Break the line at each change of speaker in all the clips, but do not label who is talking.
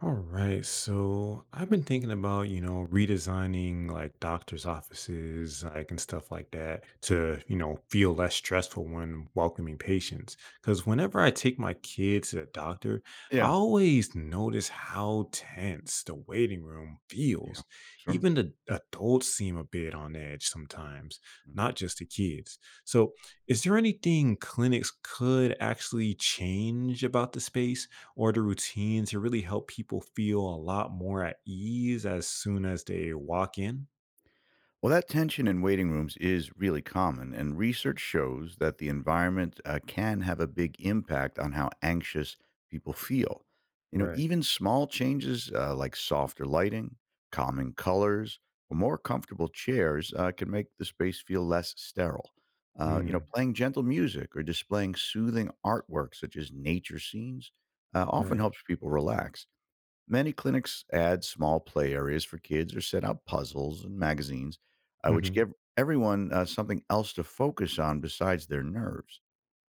All right. So I've been thinking about, redesigning like doctor's offices, like and stuff like that to, feel less stressful when welcoming patients. Because whenever I take my kids to the doctor, I
Yeah.
always notice how tense the waiting room
Yeah.
feels.
Sure.
Even the adults seem a bit on edge sometimes,
Mm.
not just the kids. So is there anything clinics could actually change about the space or the routine to really help people feel a lot more at ease as soon as they walk in?
Well, that tension in waiting rooms is really common, and research shows that the environment can have a big impact on how anxious people feel. You know,
Right.
even small changes like softer lighting, calming colors, or more comfortable chairs can make the space feel less sterile.
Mm,
Playing gentle music or displaying soothing artwork such as nature scenes often
right.
helps people relax. Many clinics add small play areas for kids or set out puzzles and magazines, which
Hmm.
give everyone something else to focus on besides their nerves.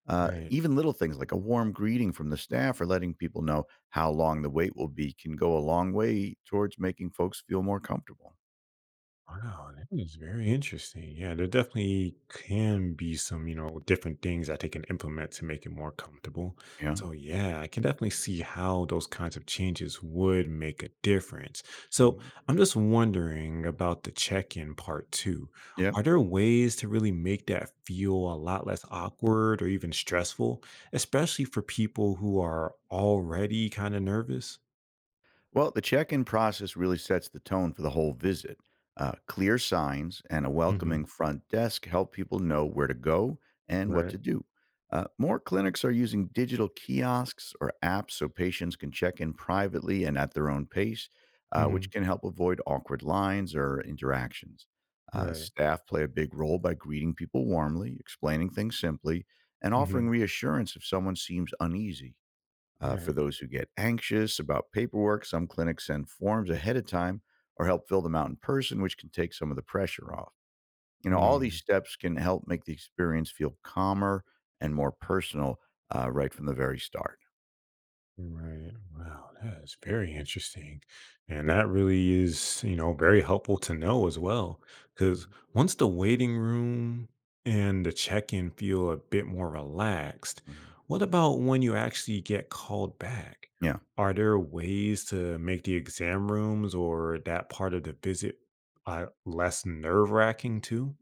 Right.
Even little things like a warm greeting from the staff or letting people know how long the wait will be can go a long way towards making folks feel more comfortable.
Wow, that is very interesting. Yeah, there definitely can be some, different things that they can implement to make it more comfortable.
Yeah.
So, yeah, I can definitely see how those kinds of changes would make a difference. So,
Hmm.
I'm just wondering about the check in part two.
Yeah.
Are there ways to really make that feel a lot less awkward or even stressful, especially for people who are already kind of nervous?
Well, the check in process really sets the tone for the whole visit. Clear signs and a welcoming
Hmm.
front desk help people know where to go and what to
Right.
do. More clinics are using digital kiosks or apps so patients can check in privately and at their own pace,
Hmm.
which can help avoid awkward lines or interactions.
Right.
Staff play a big role by greeting people warmly, explaining things simply, and offering
Hmm.
reassurance if someone seems uneasy. For
Right.
those who get anxious about paperwork, some clinics send forms ahead of time or help fill them out in person, which can take some of the pressure off. You know, all these
Mm.
steps can help make the experience feel calmer and more personal right from the very start.
Right. Wow. That is very interesting. And that really is, very helpful to know as well. Because
Mhm.
once the waiting room and the check in feel a bit more relaxed,
Mhm.
what about when you actually get called back?
Yeah.
Are there ways to make the exam rooms or that part of the visit less nerve wracking too?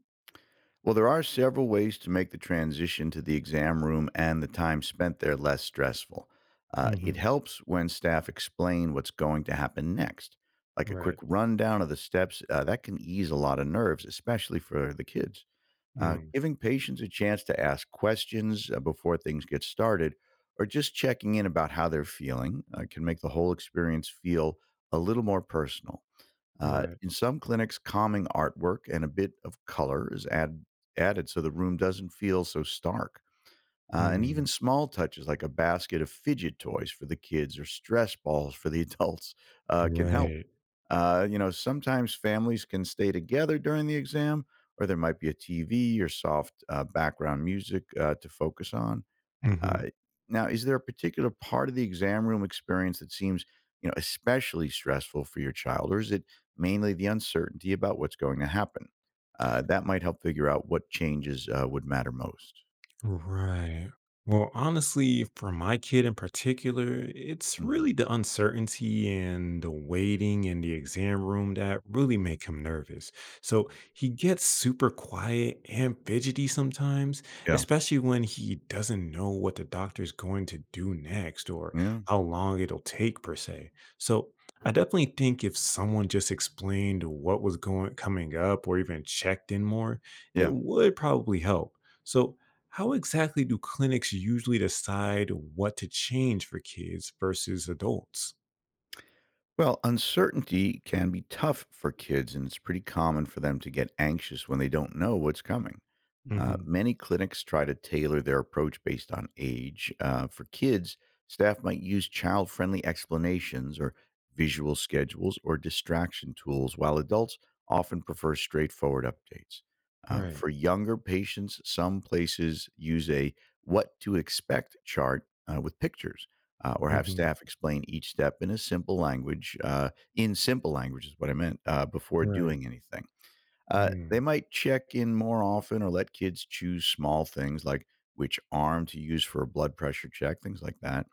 Well, there are several ways to make the transition to the exam room and the time spent there less stressful. It
Hmm.
helps when staff explain what's going to happen next, like a quick
Right.
rundown of the steps. That can ease a lot of nerves, especially for the kids.
Mm.
Giving patients a chance to ask questions before things get started, or just checking in about how they're feeling, can make the whole experience feel a little more personal.
Right.
In some clinics, calming artwork and a bit of color added so the room doesn't feel so stark. And even
Mm.
small touches like a basket of fidget toys for the kids or stress balls for the adults can help.
Right.
Sometimes families can stay together during the exam, or there might be a TV or soft background music to focus on.
Hmm.
Uh, now, is there a particular part of the exam room experience that seems, you know, especially stressful for your child, or is it mainly the uncertainty about what's going to happen? That might help figure out what changes would matter most.
Right. Well, honestly, for my kid in particular, it's
Hmm.
really the uncertainty and the waiting in the exam room that really make him nervous. So he gets super quiet and fidgety sometimes,
Yeah,
especially when he doesn't know what the doctor's going to do next or
yeah,
how long it'll take per se. So I definitely think if someone just explained what was going coming up or even checked in more,
yeah.
it would probably help. So how exactly do clinics usually decide what to change for kids versus adults?
Well, uncertainty can be tough for kids, and it's pretty common for them to get anxious when they don't know what's coming.
Hmm.
Many clinics try to tailor their approach based on age. For kids, staff might use child friendly explanations or visual schedules or distraction tools, while adults often prefer straightforward updates.
Right.
For younger patients, some places use a what to expect chart with pictures or have
Hmm.
staff explain each step in a simple language, in simple language is what I meant, before
Right.
doing anything. They
Mm.
might check in more often or let kids choose small things like which arm to use for a blood pressure check, things like that.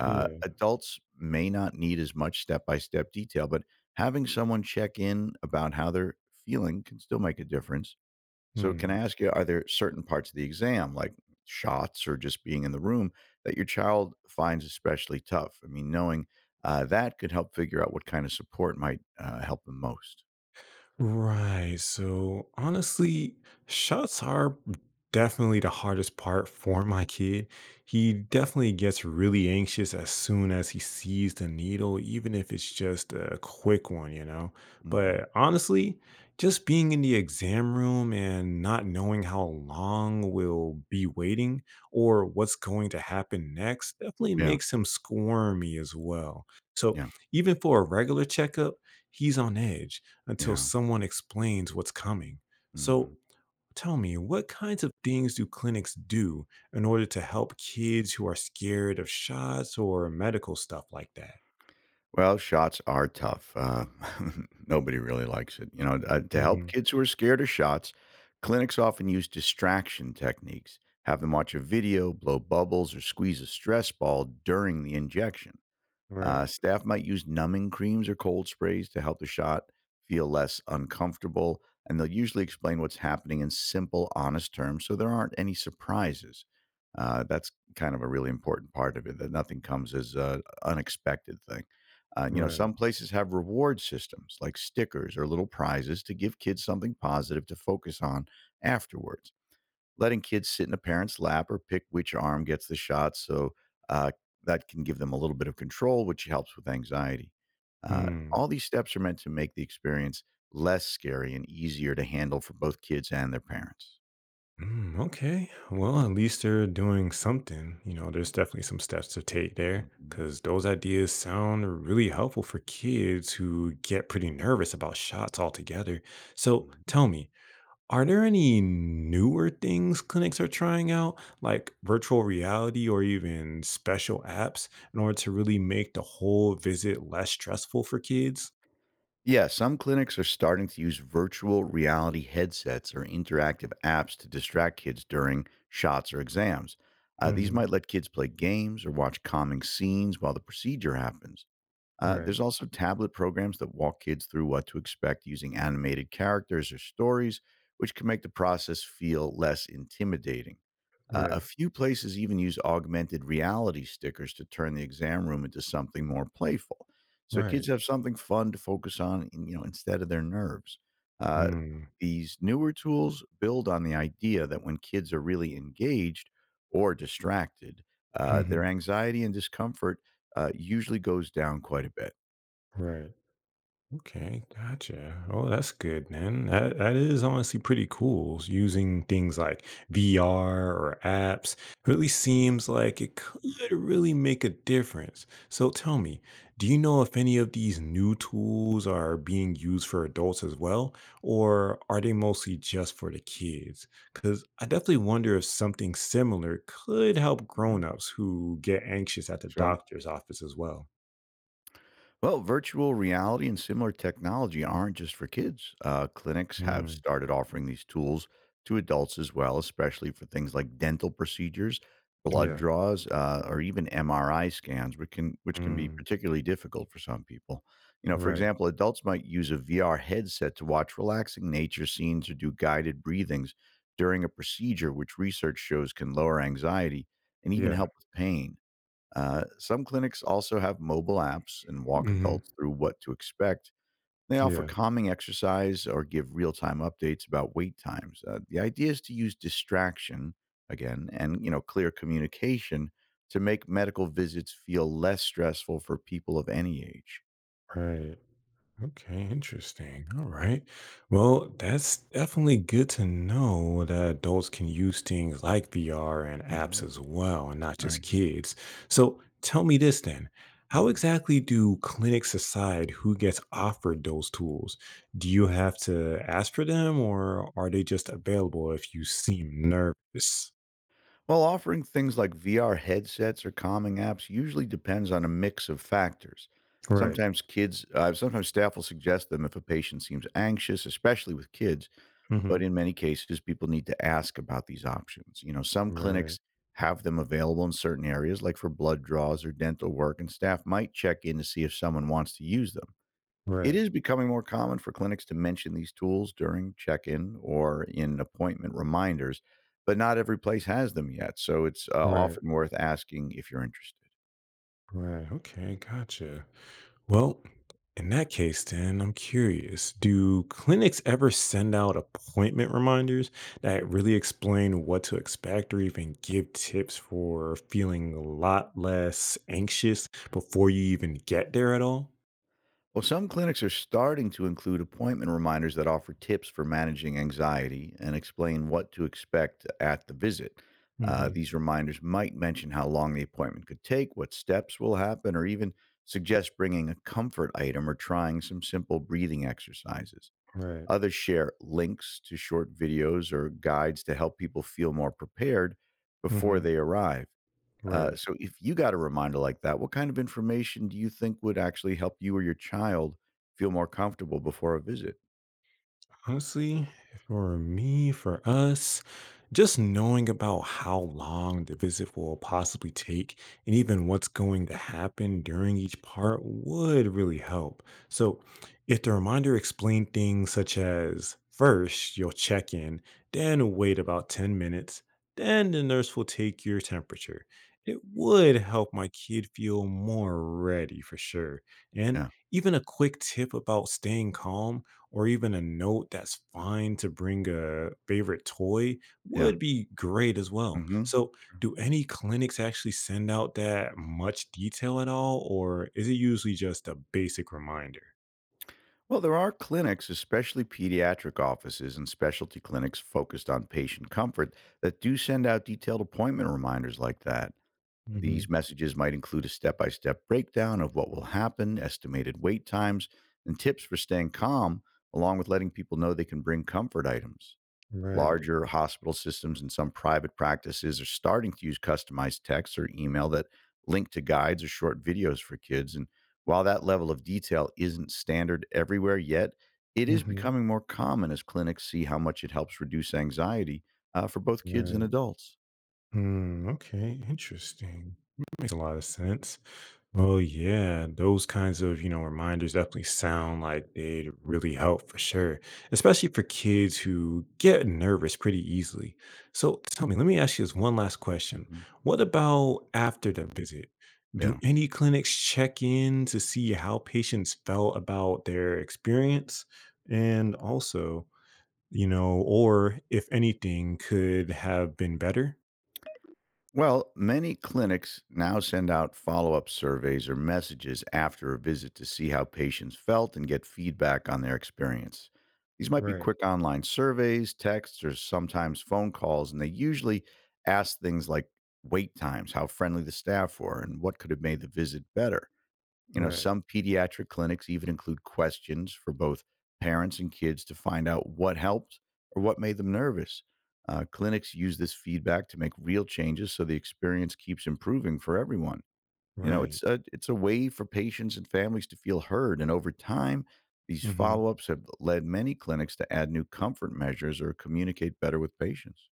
Yeah.
Adults may not need as much step by step detail, but having someone check in about how they're feeling can still make a difference. So, can I
Mm.
ask you, are there certain parts of the exam, like shots or just being in the room, that your child finds especially tough? I mean, knowing that could help figure out what kind of support might help them most.
Right. So honestly, shuts are definitely the hardest part for my kid. He definitely gets really anxious as soon as he sees the needle, even if it's just a quick one,
Hmm.
But honestly, just being in the exam room and not knowing how long we'll be waiting or what's going to happen next definitely
Yeah,
makes him squirmy as well. So
yeah,
even for a regular checkup, he's on edge until
yeah.
someone explains what's coming. So,
Hmm.
tell me, what kinds of things do clinics do in order to help kids who are scared of shots or medical stuff like that?
Well, shots are tough. Nobody really likes it. You know, to help
Hmm.
kids who are scared of shots, clinics often use distraction techniques. Have them watch a video, blow bubbles, or squeeze a stress ball during the injection.
Right,
Staff might use numbing creams or cold sprays to help the shot feel less uncomfortable, and they'll usually explain what's happening in simple, honest terms so there aren't any surprises. That's kind of a really important part of it that nothing comes as an unexpected thing. Some
right.
places have reward systems like stickers or little prizes to give kids something positive to focus on afterwards, letting kids sit in a parent's lap or pick which arm gets the shot. Uh, that can give them a little bit of control, which helps with anxiety. Uh,
Mm.
all these steps are meant to make the experience less scary and easier to handle for both kids and their parents.
Mm, okay. Well, at least they're doing something. There's definitely some steps to take there
Mhm.
because those ideas sound really helpful for kids who get pretty nervous about shots altogether. So
Mhm.
tell me, are there any newer things clinics are trying out, like virtual reality or even special apps, in order to really make the whole visit less stressful for kids?
Yeah, some clinics are starting to use virtual reality headsets or interactive apps to distract kids during shots or exams. These
Hmm.
might let kids play games or watch calming scenes while the procedure happens.
Right,
There's also tablet programs that walk kids through what to expect using animated characters or stories, which can make the process feel less intimidating. A
right,
few places even use augmented reality stickers to turn the exam room into something more playful, so kids
right.
have something fun to focus on, instead of their nerves. Uh,
Mm.
these newer tools build on the idea that when kids are really engaged or distracted, their
Mm-hmm.
anxiety and discomfort usually goes down quite a bit.
Right. Okay, gotcha. Oh, that's good, man. That is honestly pretty cool. Using things like VR or apps really seems like it could really make a difference. So tell me, do you know if any of these new tools are being used for adults as well, or are they mostly just for the kids? Because I definitely wonder if something similar could help
Yeah,
grown-ups who get anxious at the
sure.
doctor's office as well.
Well, virtual reality and similar technology aren't just for kids. Clinics have
Hmm.
started offering these tools to adults as well, especially for things like dental procedures, blood
Yeah.
draws, or even MRI scans, which can be
Mm,
particularly difficult for some people. You know, for
right.
example, adults might use a VR headset to watch relaxing nature scenes or do guided breathings during a procedure, which research shows can lower anxiety and even
Yeah.
help with pain. Some clinics also have mobile apps and walk
Mhm.
adults through what to expect. They offer
Yeah,
calming exercise or give real time updates about wait times. The idea is to use distraction again and you know clear communication to make medical visits feel less stressful for people of any age.
right. Okay, interesting. All right. Well, that's definitely good to know that adults can use things like VR and apps
Mhm.
as well, and not
Right.
just kids. So tell me this then. How
Mhm.
exactly do clinics decide who gets offered those tools? Do you have to ask for them or are they just available if you seem nervous?
While offering things like VR headsets or calming apps usually depends on a mix of factors.
Right.
Sometimes sometimes staff will suggest them if a patient seems anxious, especially with kids. But
Hmm.
in many cases, people need to ask about these options. You know, some
Right.
clinics have them available in certain areas, like for blood draws or dental work, and staff might check in to see if someone wants to use them. It
Right.
is becoming more common for clinics to mention these tools during check in or in appointment reminders, but not every place has them yet. So it's
Right.
often worth asking if you're interested.
Right. Okay. Gotcha. Well, in that case, then I'm curious, do clinics ever send out appointment reminders that really explain what to expect or even give tips for feeling a lot less anxious before you even get there at all?
Well, some clinics are starting to include appointment reminders that offer tips for managing anxiety and explain what to expect at the visit.
Hmm.
These reminders might mention how long the appointment could take, what steps will happen, or even suggest bringing a comfort item or trying some simple breathing exercises.
Right.
Others share links to short videos or guides to help people feel more prepared before
Hmm.
they arrive. Uh,
Right.
so, if you got a reminder like that, what kind of information do you think would actually help you or your child feel more comfortable before a visit?
Honestly, for me, for us, just knowing about how long the visit will possibly take and even what's going to happen during each part would really help. So, if the reminder explained things such as first you'll check in, then wait about 10 minutes, then the nurse will take your temperature, it would help my kid feel more ready for sure. And
Yeah,
even a quick tip about staying calm or even a note that's fine to bring a favorite toy
yeah.
would be great as well.
Hmm.
So, do any clinics actually send out that much detail at all, or is it usually just a basic reminder?
Well, there are clinics, especially pediatric offices and specialty clinics focused on patient comfort, that do send out detailed appointment reminders like that.
Hmm.
These messages might include a step by step breakdown of what will happen, estimated wait times, and tips for staying calm, along with letting people know they can bring comfort items.
Right.
Larger hospital systems and some private practices are starting to use customized texts or email that link to guides or short videos for kids. And while that level of detail isn't standard everywhere yet, it is
Hmm.
becoming more common as clinics see how much it helps reduce anxiety for both kids and
Right.
adults.
Hmm. Okay. Interesting. Makes a lot of sense. Oh yeah, those kinds of, reminders definitely sound like they'd really help for sure, especially for kids who get nervous pretty easily. So tell me, let me ask you this one last question.
Mhm.
What about after the visit? Do
Yeah.
any clinics check in to see how patients felt about their experience? And also, or if anything could have been better?
Well, many clinics now send out follow up surveys or messages after a visit to see how patients felt and get feedback on their experience. These might be
Right,
quick online surveys, texts, or sometimes phone calls, and they usually ask things like wait times, how friendly the staff were, and what could have made the visit better. You know,
right,
some pediatric clinics even include questions for both parents and kids to find out what helped or what made them nervous. Clinics use this feedback to make real changes so the experience keeps improving for everyone. You know,
right.
it's a way for patients and families to feel heard. And over time, these
Hmm.
follow ups have led many clinics to add new comfort measures or communicate better with patients.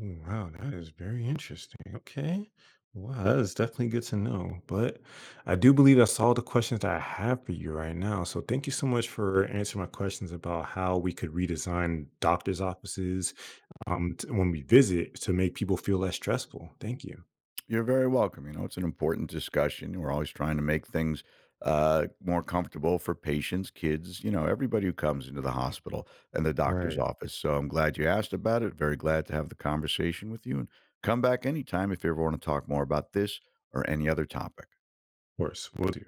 Ooh, wow, that is very interesting. Okay. Wow, that is definitely good to know. But I do believe that's all the questions that I have for you right now. So thank you so much for answering my questions about how we could redesign doctors' offices when we visit to make people feel less stressful. Thank you.
You're very welcome. You know, it's an important discussion. We're always trying to make things more comfortable for patients, kids, you know, everybody who comes into the hospital and the doctor's
Right. Of
office. So I'm glad you asked about it. Very glad to have the conversation with you. And come back anytime if you ever want to talk more about this or any other topic.
course, will do.